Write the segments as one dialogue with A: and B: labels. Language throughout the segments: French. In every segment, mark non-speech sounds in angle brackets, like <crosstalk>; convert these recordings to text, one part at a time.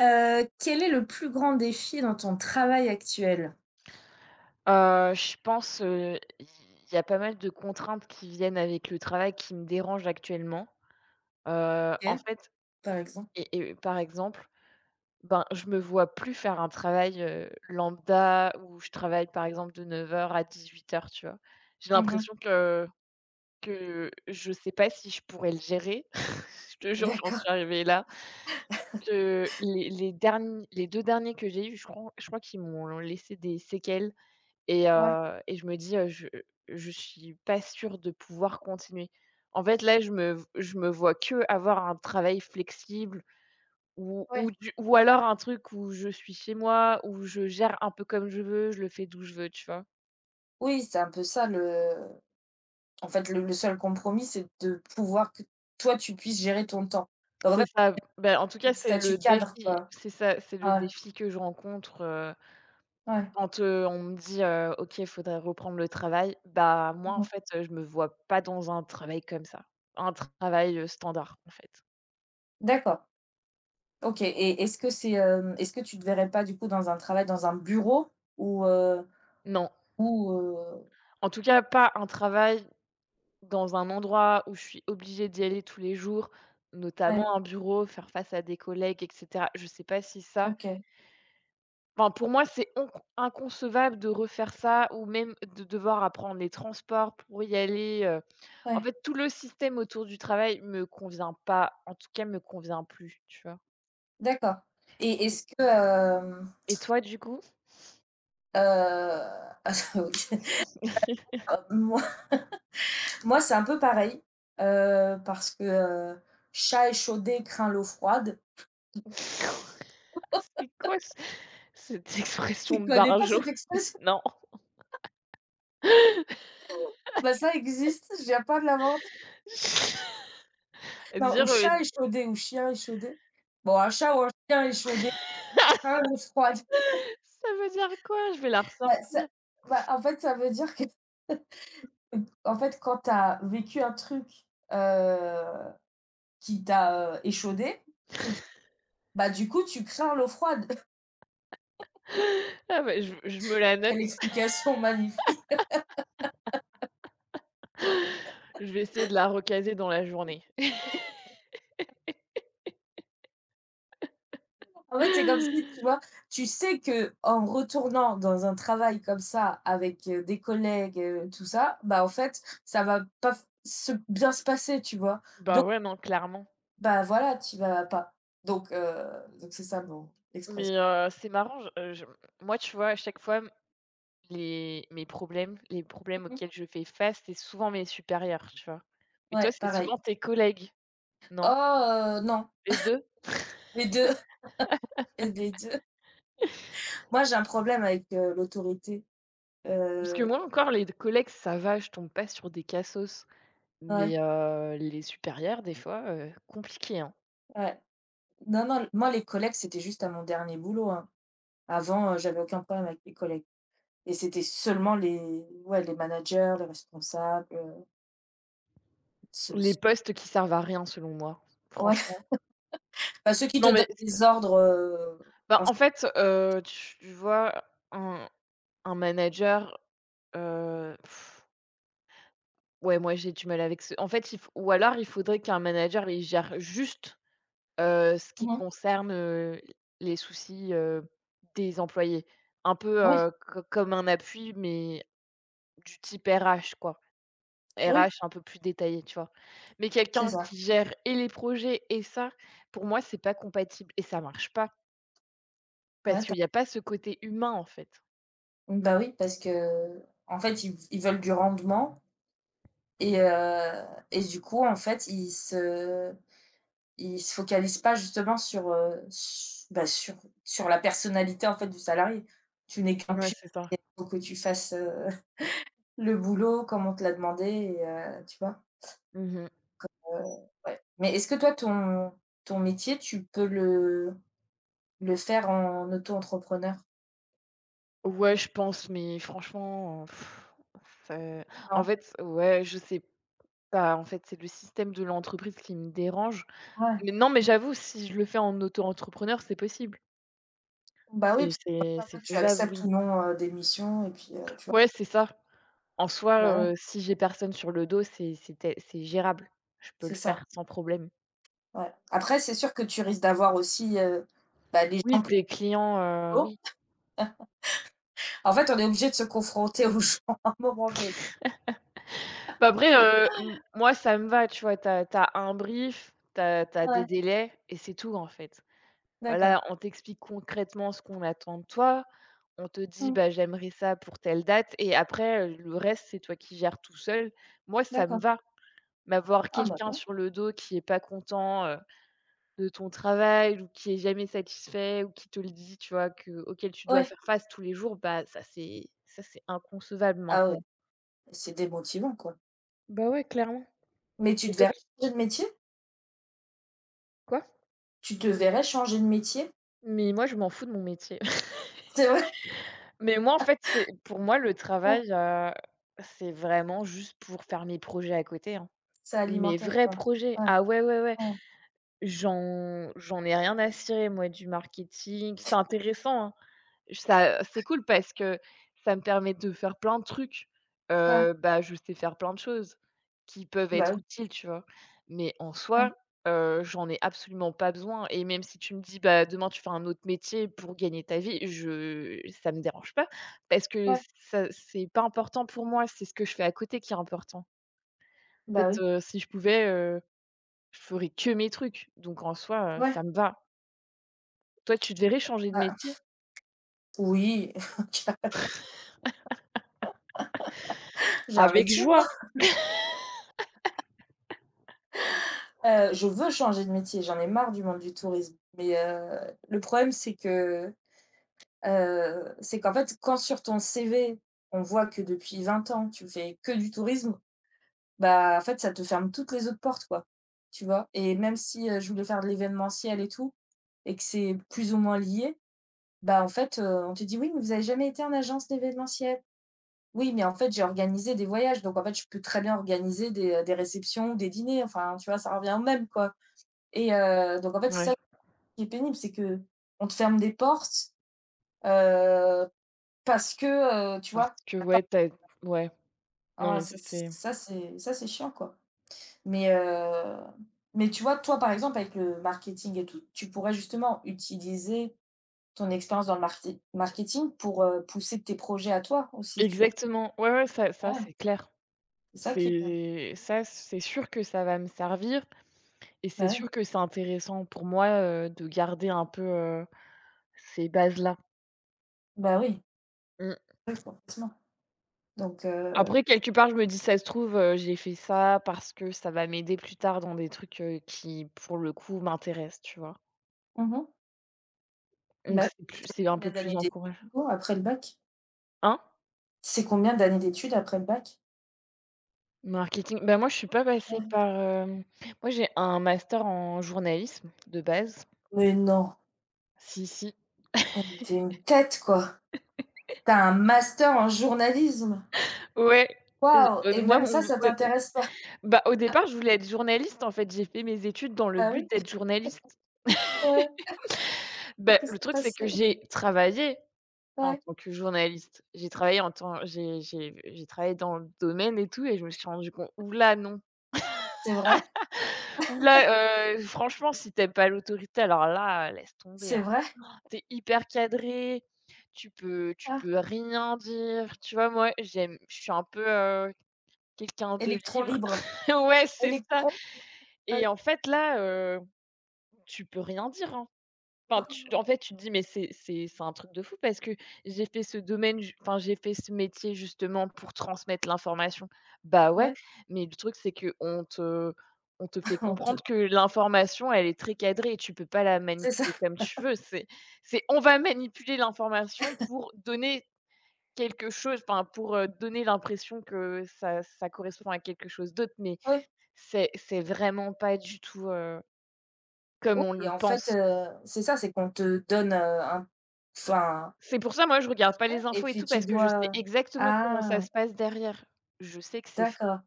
A: Quel est le plus grand défi dans ton travail actuel?
B: Je pense, il y a pas mal de contraintes qui viennent avec le travail qui me dérangent actuellement. En
A: OK,
B: fait
A: par exemple.
B: et par exemple, ben, je me vois plus faire un travail, lambda où je travaille par exemple de neuf heures à dix-huit heures, tu vois? J'ai
A: Mmh.
B: l'impression que je sais pas si je pourrais le gérer. <laughs> Je te jure, j'en suis
A: D'accord,
B: arrivée là. Que les derniers, les 2 derniers que j'ai eus, je crois qu'ils m'ont laissé des séquelles. Et
A: ouais,
B: heu et je me dis: «Je suis pas sûre de pouvoir continuer». En fait, là, je me vois qu'avoir un travail flexible ou ou
A: ouais.
B: du ou alors un truc où je suis chez moi, où je gère un peu comme je veux, je le fais d'où je veux, tu vois?
A: Oui, c'est un peu ça le en fait, le seul compromis, c'est de pouvoir que toi, tu puisses gérer ton temps. Donc en
B: C'est
A: fait,
B: ça. Beh, en tout
A: c'est
B: cas,
A: le statut cadre, quoi.
B: c'est ça, c'est le
A: Ah,
B: défi que je rencontre,
A: ouais, ouais.
B: quand, on me dit: «OK, il faudrait reprendre le travail». Bah, moi, en
A: Mmh.
B: fait, je me vois pas dans un travail comme ça, un travail, standard, en fait.
A: D'accord. OK, et est-ce que tu te verrais pas, du coup, dans un travail dans un bureau ou, heu
B: Non.
A: ou, heu
B: En tout cas, pas un travail dans un endroit où je suis obligée d'y aller tous les jours, notamment
A: ouais,
B: un bureau, faire face à des collègues, et cetera. Je sais pas si ça
A: OK,
B: enfin, pour moi, c'est inconcevable de refaire ça ou même de devoir apprendre les transports pour y aller. En
A: ouais,
B: fait, tout le système autour du travail me convient pas, en tout cas, me convient plus, tu vois?
A: d'accord et
B: Et et toi, du coup?
A: heu <laughs>
B: <laughs>
A: Moi <laughs> moi, c'est un peu pareil, parce que, chat échaudé craint l'eau froide.
B: C'est quoi ce cette <laughs> expression
A: Tu
B: de
A: connais pas
B: barjo?
A: cette expression? <laughs>
B: Non.
A: Bah, ça existe, je viens pas de l'inventer.
B: <laughs>
A: Non, ou
B: Dire, heu
A: chat échaudé ou chien échaudé. Bon, un chat ou un chien échaudé craint l'eau froide.
B: Ça veut dire quoi? Je vais la
A: Bah,
B: ressortir.
A: en fait, ça veut dire que, <laughs> en fait, quand tu as vécu un truc, heu, qui t'a, échaudé, bah, du coup, tu crains l'eau froide.
B: Ah bah, je me la
A: <laughs> Quelle
B: note.
A: explication magnifique!
B: <laughs> Je vais essayer de la recaser dans la journée.
A: En fait, c'est comme si, tu vois,
B: <laughs>
A: tu sais que en retournant dans un travail comme ça avec, des collègues, tout ça, bah, en fait, ça va pas f se bien se passer, tu vois?
B: Bah,
A: Donc,
B: ouais, non, clairement.
A: bah, voilà, tu vas pas. Donc, heu, donc, c'est ça mon expression.
B: Mais, c'est marrant, je moi, tu vois, à chaque fois, m les mes problèmes les problèmes
A: Mmh.
B: auxquels je fais face, c'est souvent mes supérieurs, tu vois? Mais toi,
A: Ouais,
B: c'est souvent
A: pareil.
B: tes collègues, non?
A: Oh, non,
B: Les 2.
A: les 2, <laughs> les 2. Moi, j'ai un problème avec, l'autorité,
B: Parce que
A: heu,
B: moi, encore, les collègues, ça va, je tombe pas sur des cassos.
A: ouais,
B: Mais, les supérieurs, des fois, compliqué, hein.
A: ouais. Non, non, moi les collègues, c'était juste à mon dernier boulot, hein. Avant, j'avais aucun problème avec les collègues. Et c'était seulement les ouais, les managers, les responsables, ceux
B: Les
A: ceux
B: postes qui servent à rien selon moi,
A: ouais,
B: franchement.
A: bah, ceux qui te
B: Non mais
A: donnent
B: c
A: des ordres,
B: bah,
A: ins
B: en fait, tu vois un un manager, heu, ouais moi j'ai du mal avec ce en fait il faut ou alors il faudrait qu'un manager il gère juste, ce qui
A: mmh.
B: concerne, les soucis, des employés. Un peu,
A: Oui,
B: co comme un appui mais du type RH quoi.
A: oui,
B: RH un peu plus détaillé, tu vois? Mais
A: c'est
B: quelqu'un
A: ça.
B: qui gère et les projets et ça, pour moi c'est pas compatible et ça marche pas. Parce
A: Ouais, tu
B: qu'il y a pas ce côté humain, en fait.
A: bah, oui, parce que en fait, ils veulent du rendement et heu et du coup, en fait, ils se focalisent pas justement sur, su bah, sur la personnalité, en fait, du salarié. Tu n'es qu'un
B: Ouais,
A: pion,
B: c'est ça.
A: faut que tu fasses, <laughs> le boulot comme on te l'a demandé et tu vois?
B: Mmh.
A: Heu, ouais. Mais est-ce que toi ton métier, tu peux le faire en auto-entrepreneur?
B: Ouais, je pense, mais franchement, c'est en
A: Non?
B: fait, ouais, je sais pas, en fait, c'est le système de l'entreprise qui me dérange.
A: Ouais.
B: Mais non, mais
A: Mmh.
B: j'avoue, si je le fais en auto-entrepreneur, c'est possible.
A: Bah, oui,
B: C'est
A: parce que
B: c'est
A: parfois
B: c'est
A: après tu
B: faisable,
A: acceptes
B: oui.
A: ou non, des missions et puis, tu vois?
B: Ouais, c'est ça. En soi,
A: Bah, ouais,
B: si j'ai personne sur le dos, c'est gérable. Je peux le
A: c'est
B: faire
A: ça,
B: sans problème.
A: ouais. Après c'est sûr que tu risques d'avoir aussi, bah, des
B: Oui,
A: gens plus
B: des clients, oui.
A: hauts. En fait, on est obligé de se confronter <laughs> aux gens à un moment donné.
B: Bah, après, m moi, ça me va, tu vois? T'as un brief, t'as des
A: Ouais,
B: délais et c'est tout, en fait.
A: d'accord.
B: Voilà, on t'explique concrètement ce qu'on attend de toi. On te dit:
A: Mmh,
B: «Bah, j'aimerais ça pour telle date» et après, le reste, c'est toi qui gères tout seul. Moi, ça me
A: d'accord.
B: va. M'avoir
A: Ah bah,
B: quelqu'un
A: bien.
B: sur le dos qui est pas content, de ton travail ou qui est jamais satisfait ou qui te le dit, tu vois, que auquel tu dois
A: Ouais.
B: faire face tous les jours, bah, ça c'est inconcevable
A: Ah
B: maintenant.
A: ouais, c'est démotivant, quoi.
B: Bah, ouais, clairement.
A: Mais tu
B: Et
A: te
B: toi,
A: verrais
B: tu
A: changer de métier?
B: quoi?
A: Tu te verrais changer de métier?
B: Mais moi, je m'en fous de mon métier. <laughs>
A: C'est vrai?
B: Mais moi, en fait, c'est pour moi, le travail, c'est vraiment juste pour faire mes projets à côté, hein.
A: C'est
B: Mes
A: alimentaire,
B: vrais
A: quoi.
B: projets.
A: Ouais,
B: Ah ouais, ouais, ouais.
A: ouais,
B: J'en ai rien à cirer, moi, du marketing. C'est intéressant, hein. Ça, c'est cool parce que ça me permet de faire plein de trucs.
A: ouais,
B: Bah, je sais faire plein de choses qui peuvent
A: bah,
B: être
A: oui,
B: utiles, tu vois? Mais en soi,
A: ouais,
B: j'en ai absolument pas besoin et même si tu me dis: «Bah, demain tu fais un autre métier pour gagner ta vie», je ça me dérange pas parce que
A: ouais,
B: ça, c'est pas important pour moi, c'est ce que je fais à côté qui est important. En
A: bah,
B: fait,
A: oui,
B: si je pouvais, je ferais que mes trucs donc en soi,
A: ouais,
B: ça me va. Toi, tu devrais changer de
A: bah,
B: métier?
A: oui, <laughs> j'ai un
B: Avec
A: métier moi.
B: joie.
A: Je veux changer de métier, j'en ai marre du monde du tourisme, mais le problème c'est que, c'est qu'en fait quand sur ton CV, on voit que depuis 20 ans tu fais que du tourisme, bah, en fait ça te ferme toutes les autres portes, quoi, tu vois? Et même si, je voulais faire de l'événementiel et tout et que c'est plus ou moins lié, bah, en fait, on te dit: «Oui, mais vous avez jamais été en agence d'événementiel». Oui, mais en fait, j'ai organisé des voyages, donc en fait, je peux très bien organiser des réceptions, des dîners, enfin, tu vois, ça revient au même, quoi et donc en fait, c'est
B: Ouais.
A: ça qui est pénible, c'est que on te ferme des portes, heu, parce que, tu
B: Parce
A: vois?
B: que ouais, tu as ouais, non,
A: Ah,
B: mais ça,
A: c'est
B: c'est
A: ça, c'est ça, c'est chiant, quoi mais heu, mais tu vois, toi, par exemple, avec le marketing et tout, tu pourrais justement utiliser ton expérience dans le marti marketing pour, pousser tes projets à toi aussi, tu vois?
B: exactement. Ouais, ouais, ça
A: Bah, ouais,
B: c'est clair.
A: c'est ça qui est bien.
B: C'est ça, c'est sûr que ça va me servir et
A: Bah,
B: c'est
A: ouais,
B: sûr que c'est intéressant pour moi, de garder un peu, ces bases-là.
A: bah, oui,
B: Mmh.
A: oui, complètement. Donc heu,
B: Après, quelque part, je me dis: «Ça se trouve, j'ai fait ça parce que ça va m'aider plus tard dans des trucs, qui, pour le coup, m'intéressent», tu vois?
A: Mmh.
B: Donc
A: Bah, et tu fait
B: c'est un peu
A: combien
B: plus
A: d'années d'études
B: encourageant.
A: du coup après le bac?
B: Hein?
A: C'est combien d'années d'études après le bac?
B: Marketing, bah, moi, je suis pas passée
A: Ouais.
B: par, hem moi, j'ai un master en journalisme de base.
A: Mais non,
B: Si, si.
A: eh mais tu une tête quoi! T'as un master en journalisme!
B: Ouais. J
A: Waouh! Et
B: Moi,
A: même ça,
B: mon b
A: ça t'intéresse pas? <laughs>
B: bah, au départ, je voulais être journaliste, en fait. J'ai fait mes études dans le
A: Bah oui,
B: but d'être journaliste.
A: ouais, et
B: Bah, le
A: qu'est-ce qui s'est
B: truc, c'est que
A: passé?
B: j'ai travaillé en
A: Ouais.
B: tant que journaliste. J'ai travaillé en tant j'ai travaillé dans le domaine et tout et je me suis rendue compte: «Ouh là, non.
A: C'est vrai?
B: Ouh là, franchement, si tu aimes pas l'autorité, alors là, laisse tomber,
A: C'est
B: hein».
A: vrai?
B: Tu es hyper cadrée, tu peux tu
A: Ah,
B: peux rien dire. Tu vois, moi, j'aime je suis un peu, quelqu'un de
A: électron
B: libre.
A: libre,
B: <laughs> Ouais, c'est ça.
A: électron ouais,
B: Et en fait, là, tu peux rien dire, hein. Enfin, tu en fait, tu te dis: «Mais c'est un truc de fou parce que j'ai fait ce domaine ju enfin, j'ai fait ce métier justement pour transmettre l'information». Bah, ouais,
A: ouais,
B: mais le truc, c'est que on te fait
A: <laughs> on te
B: comprendre que l'information, elle est très cadrée et tu peux pas la
A: c'est ça,
B: manipuler comme tu veux. C'est on va manipuler l'information pour donner quelque chose, enfin, pour, donner l'impression que ça correspond à quelque chose d'autre, mais
A: oui.
B: c'est vraiment pas du tout, comme
A: Oui
B: on
A: et
B: le
A: en fait,
B: pense.
A: c'est ça, c'est qu'on te donne, un enfin,
B: C'est pour ça, moi, je regarde pas les
A: et
B: infos et
A: puis
B: tout
A: tu
B: parce que je sais
A: dois
B: exactement comment ça
A: ah!
B: se passe derrière. Je sais que c'est faux.
A: D'accord,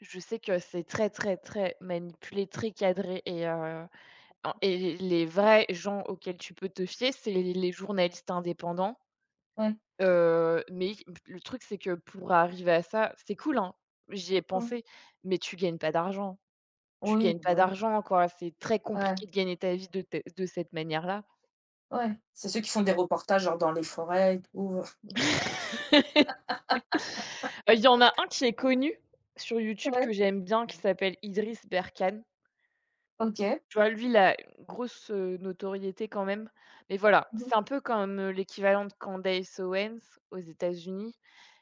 B: Je sais que c'est très, très, très manipulé, très cadré et les vrais gens auxquels tu peux te fier, c'est les journalistes indépendants,
A: ouais.
B: mais le truc, c'est que pour arriver à ça, c'est cool, hein, j'y ai
A: Mmh.
B: pensé, mais tu gagnes pas d'argent. Tu
A: Oui,
B: gagnes pas
A: bah, oui.
B: d'argent, quoi. C'est très
A: Ouais,
B: compliqué de gagner ta vie de cette manière-là.
A: ouais. C'est ceux qui font des reportages, genre, dans les forêts et tout, <laughs>
B: <laughs> Il y en a un qui est connu sur YouTube
A: ouais,
B: que j'aime bien qui s'appelle Idriss Berkane.
A: OK.
B: Tu vois, lui, il a une grosse, notoriété quand même. Mais voilà,
A: Mmh mh.
B: c'est un peu comme, l'équivalent de Candace Owens aux États-Unis.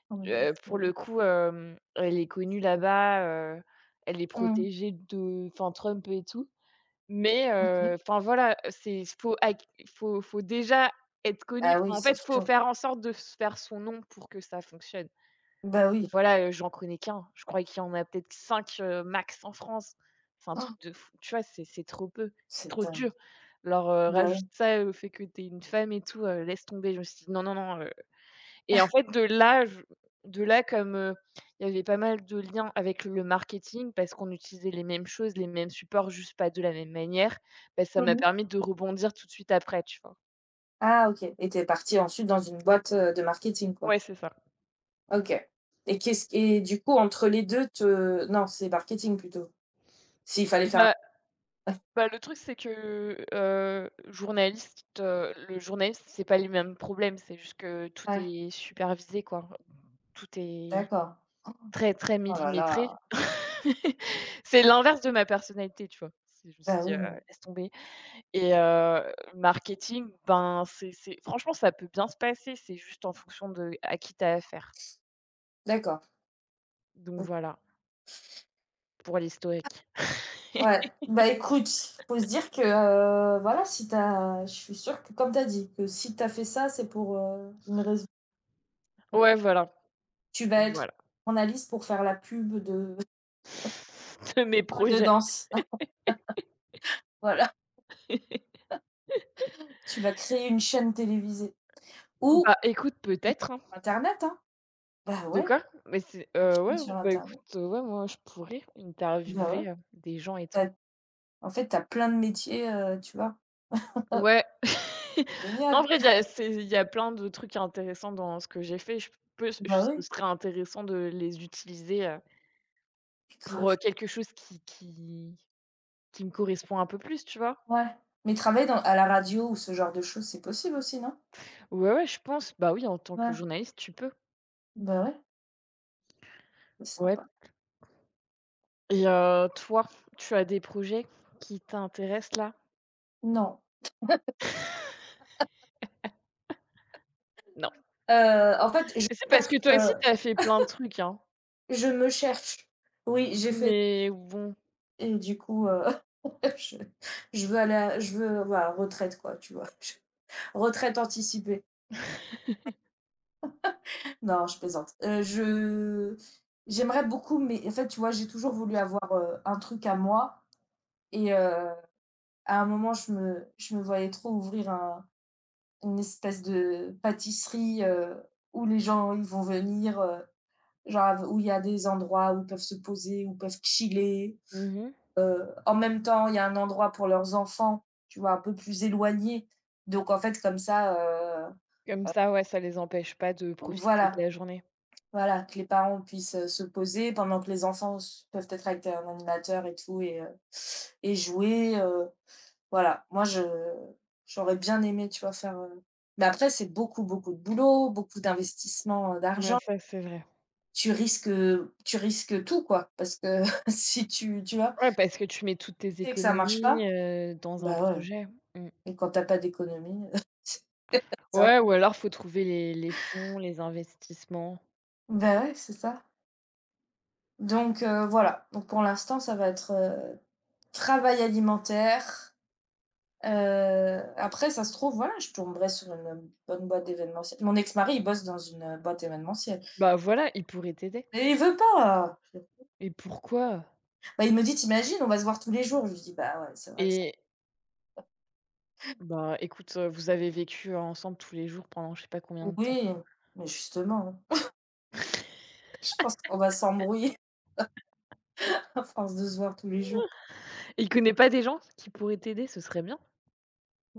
A: En mode avis,
B: Pour
A: ouais.
B: le coup, elle est connue là-bas, heu, elle est
A: Mmh.
B: protégée de enfin Trump et tout. Mais
A: OK.
B: enfin voilà, c'est faut déjà être connu.
A: Ah oui,
B: Enfin, en
A: c'est
B: fait, faut
A: chaud,
B: faire
A: quoi.
B: en sorte de se faire son nom pour que ça fonctionne.
A: Bah
B: Et
A: oui.
B: voilà, j'en connais qu'un. Je crois qu'il y en a peut-être 5 max en France. C'est un truc
A: Oh,
B: de fou. Tu vois, c'est trop peu, c'est
A: c'est
B: trop dur.
A: dingue.
B: Alors,
A: Bah
B: rajoute
A: oui.
B: ça au fait que tu es une femme et tout, laisse tomber. Je me suis dit: «Non, non, non,» et en fait de là, je de là comme, il y avait pas mal de liens avec le marketing parce qu'on utilisait les mêmes choses, les mêmes supports, juste pas de la même manière, bah, ça
A: Mmh
B: m'a
A: mh.
B: permis de rebondir tout de suite après, tu vois?
A: Ah OK, et tu es partie ensuite dans une boîte, de marketing, quoi?
B: Ouais, c'est ça.
A: OK et qu'est-ce et du coup, entre les 2 te non, c'est marketing plutôt? S'il fallait faire un
B: Bah Bah, le truc, c'est que, le journaliste, c'est pas les mêmes problèmes. C'est juste que tout
A: ouais,
B: est supervisé, quoi. Tout est
A: d'accord.
B: très, très
A: Oh là
B: millimétré.
A: là.
B: <laughs> C'est l'inverse de ma personnalité, tu vois? C'est Je me suis
A: Bah
B: dit:
A: oui,
B: Laisse tomber» et marketing, ben, c'est franchement, ça peut bien se passer, c'est juste en fonction de à qui tu affaire.
A: d'accord.
B: Donc voilà, pour l'historique.
A: Ouais,
B: <laughs>
A: bah, écoute, faut se dire que, voilà, si t'as je suis sûre que comme t'as dit, que si t'as fait ça, c'est pour, une raison.
B: Ouais, voilà,
A: Tu vas être
B: voilà,
A: journaliste pour faire la pub de
B: <laughs> de
A: ton
B: mes
A: école de
B: projets.
A: danse. <laughs> Voilà, tu vas créer une chaîne télévisée ou
B: Bah, écoute, peut-être, hein.
A: internet, hein. Bah,
B: De
A: ouais,
B: quoi? Mais c'est
A: une chaîne
B: ouais,
A: sur
B: bah, écoute,
A: internet.
B: ouais, moi, je pourrais
A: Bah, ouais,
B: interviewer, des gens et tout.
A: tu en fait, t'as plein de métiers, tu vois?
B: Ouais. <laughs>
A: C'est
B: Non, en
A: génial.
B: vrai, il y a plein de trucs intéressants dans ce que j'ai fait.
A: Bah,
B: Ce
A: oui,
B: serait intéressant de les utiliser, pour,
A: grave.
B: quelque chose qui me correspond un peu plus, tu vois?
A: Ouais, mais travailler dans à la radio ou ce genre de choses, c'est possible aussi, non?
B: Ouais, ouais, je pense. Bah, oui, en tant que
A: Ouais,
B: journaliste, tu peux.
A: bah, ouais, c'est
B: Ouais
A: sympa.
B: et toi, tu as des projets qui t'intéressent, là?
A: Non.
B: Non.
A: En fait, je
B: Et c'est parce
A: cherche,
B: que toi aussi, tu as fait plein de trucs, hein?
A: je me cherche. Oui, j'ai
B: Oui,
A: fait
B: mais bon.
A: et du coup, <laughs> je je veux aller à je veux, voilà, retraite quoi, tu vois? <laughs> Je retraite anticipée. Non, je plaisante. Je j'aimerais beaucoup mais en fait, tu vois, j'ai toujours voulu avoir, un truc à moi et à un moment, je me voyais trop ouvrir un une espèce de pâtisserie, où les gens, ils vont venir, genre av où il y a des endroits où ils peuvent se poser, où ils peuvent chiller.
B: Mmh.
A: En même temps, il y a un endroit pour leurs enfants, tu vois, un peu plus éloigné. Donc en fait, comme ça, heu
B: Comme
A: heu,
B: ça, ouais, ça les empêche pas de profiter de
A: voilà,
B: la journée.
A: voilà, que les parents puissent, se poser pendant que les enfants s peuvent être avec un animateur et tout et jouer, voilà. Moi, je j'aurais bien aimé, tu vois, faire, mais après, c'est beaucoup, beaucoup de boulot, beaucoup d'investissement,
B: Ouais,
A: d'argent.
B: ça, c'est vrai.
A: Tu risques, tu risques tout, quoi, parce que <laughs> si tu tu vois?
B: Ouais, parce que tu mets toutes tes
A: Tu sais que ça marche
B: économies,
A: pas,
B: dans un
A: bah, ouais.
B: projet. Mmh.
A: Et quand tu as pas d'économie, <laughs> c'est top.
B: Ouais, ou alors faut trouver les fonds, les investissements.
A: Bah, ouais, c'est ça. Voilà, donc pour l'instant, ça va être, travail alimentaire, après ça se trouve, voilà, je tomberai sur une, bonne boîte d'événementiel. Mon ex-mari, il bosse dans une, boîte événementielle
B: Bah, voilà, ils pourraient t'aider.
A: mais il veut pas.
B: Et pourquoi?
A: Bah, il me dit: «Tu On va se voir tous les jours». Je lui dis: «Bah, ouais, c'est vrai que ça»
B: Et bah, écoute, vous avez vécu ensemble tous les jours pendant je sais pas combien de temps.
A: oui, mais justement, <laughs> je pense qu'on va s'embrouiller <laughs> à force de se voir tous les jours.
B: Il connaît pas des gens qui pourraient t'aider? Ce serait bien.